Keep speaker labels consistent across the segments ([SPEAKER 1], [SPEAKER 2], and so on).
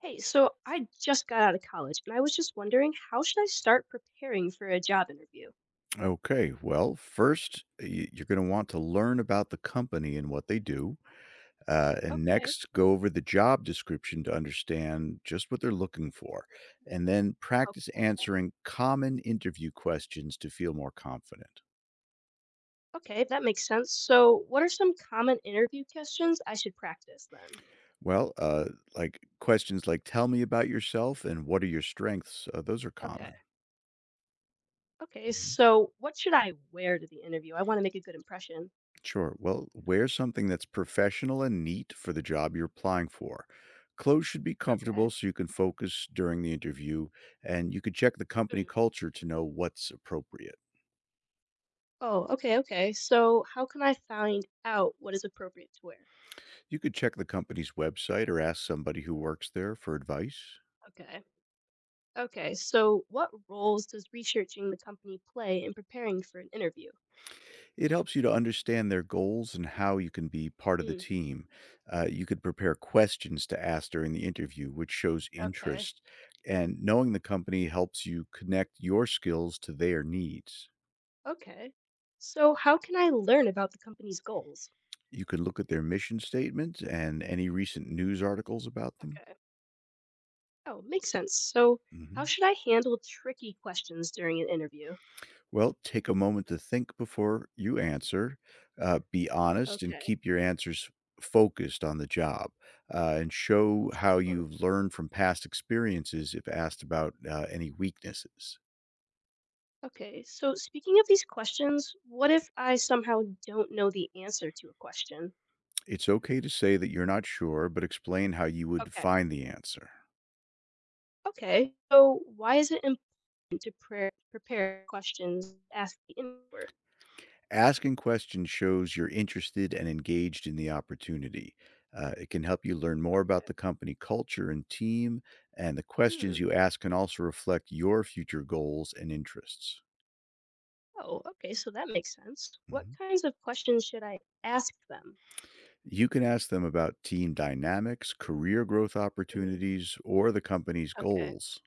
[SPEAKER 1] Hey, so I just got out of college and I was just wondering how should I start preparing for a job interview?
[SPEAKER 2] Okay. Well, first, you're going to want to learn about the company and what they do. And
[SPEAKER 1] Okay.
[SPEAKER 2] next, go over the job description to understand just what they're looking for. And then
[SPEAKER 1] Okay.
[SPEAKER 2] practice
[SPEAKER 1] Okay.
[SPEAKER 2] answering common interview questions to feel more confident.
[SPEAKER 1] Okay, that makes sense. So, what are some common interview questions I should practice then?
[SPEAKER 2] Well, like questions like, tell me about yourself and what are your strengths? Those are
[SPEAKER 1] Okay.
[SPEAKER 2] common.
[SPEAKER 1] Okay,
[SPEAKER 2] Mhm.
[SPEAKER 1] so what should I wear to the interview? I want to make a good impression.
[SPEAKER 2] Sure. Well, wear something that's professional and neat for the job you're applying for. Clothes should be
[SPEAKER 1] Okay.
[SPEAKER 2] comfortable so you can focus during the interview, and you could check the company
[SPEAKER 1] Mm.
[SPEAKER 2] culture to know what's appropriate.
[SPEAKER 1] Oh, okay, okay. So, how can I find out what is appropriate to wear?
[SPEAKER 2] You could check the company's website or ask somebody who works there for advice.
[SPEAKER 1] Okay. Okay, so what roles does researching the company play in preparing for an interview?
[SPEAKER 2] It helps you to understand their goals and how you can be part of the
[SPEAKER 1] Mm.
[SPEAKER 2] team. You could prepare questions to ask during the interview, which shows
[SPEAKER 1] Okay.
[SPEAKER 2] interest, and knowing the company helps you connect your skills to their needs.
[SPEAKER 1] Okay. So, how can I learn about the company's goals?
[SPEAKER 2] You could look at their mission statement and any recent news articles about them.
[SPEAKER 1] Okay. Oh, makes sense. So, how
[SPEAKER 2] Mhm.
[SPEAKER 1] should I handle tricky questions during an interview?
[SPEAKER 2] Well, take a moment to think before you answer. Be honest and
[SPEAKER 1] Okay.
[SPEAKER 2] keep your answers focused on the job, and show how
[SPEAKER 1] Interesting.
[SPEAKER 2] you've learned from past experiences if asked about any weaknesses.
[SPEAKER 1] Okay. So, speaking of these questions, what if I somehow don't know the answer to a question?
[SPEAKER 2] It's okay to say that you're not sure, but explain how you would
[SPEAKER 1] Okay.
[SPEAKER 2] find the answer.
[SPEAKER 1] Okay. So, why is it important to prepare questions to ask the interviewer?
[SPEAKER 2] Asking questions shows you're interested and engaged in the opportunity. It can help you learn more about
[SPEAKER 1] Okay.
[SPEAKER 2] the company culture and team, and the
[SPEAKER 1] Hmm.
[SPEAKER 2] questions you ask can also reflect your future goals and interests.
[SPEAKER 1] Oh, okay. So that makes sense. What
[SPEAKER 2] Mhm.
[SPEAKER 1] kinds of questions should I ask them?
[SPEAKER 2] You can ask them about team dynamics, career growth
[SPEAKER 1] Mhm.
[SPEAKER 2] opportunities, or the company's
[SPEAKER 1] Okay.
[SPEAKER 2] goals.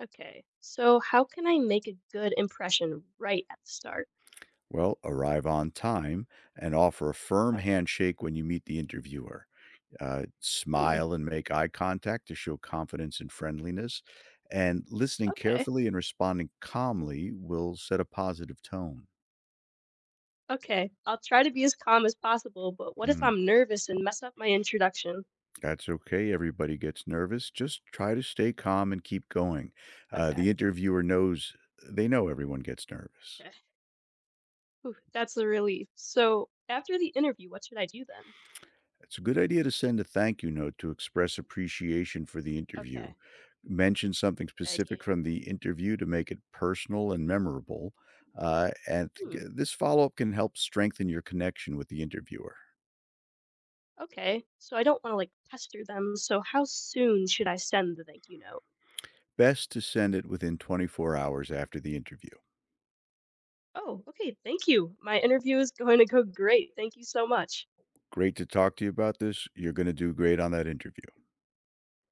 [SPEAKER 1] Okay. So how can I make a good impression right at the start?
[SPEAKER 2] Well, arrive on time and offer a firm
[SPEAKER 1] Okay.
[SPEAKER 2] handshake when you meet the interviewer.
[SPEAKER 1] Hmm.
[SPEAKER 2] Smile and make eye contact to show confidence and friendliness. And listening
[SPEAKER 1] Okay.
[SPEAKER 2] carefully and responding calmly will set a positive tone.
[SPEAKER 1] Okay. I'll try to be as calm as possible, but what if
[SPEAKER 2] Mm,
[SPEAKER 1] I'm nervous and mess up my introduction?
[SPEAKER 2] that's okay. Everybody gets nervous. Just try to stay calm and keep going. Uh,
[SPEAKER 1] Okay.
[SPEAKER 2] the interviewer knows they know everyone gets nervous.
[SPEAKER 1] Okay. Whew, that's a relief. So after the interview, what should I do then?
[SPEAKER 2] It's a good idea to send a thank you note to express appreciation for the interview.
[SPEAKER 1] Okay.
[SPEAKER 2] Mention something
[SPEAKER 1] Good
[SPEAKER 2] specific
[SPEAKER 1] idea.
[SPEAKER 2] from the interview to make it personal and memorable. Uh, and g-
[SPEAKER 1] Hmm.
[SPEAKER 2] this follow up can help strengthen your connection with the interviewer.
[SPEAKER 1] Okay. So I don't want to like pester them. So how soon should I send the thank you note?
[SPEAKER 2] Best to send it within 24 hours after the interview.
[SPEAKER 1] Oh, okay. Thank you. My interview is going to go great. Thank you so much.
[SPEAKER 2] Great to talk to you about this. You're going to do great on that interview.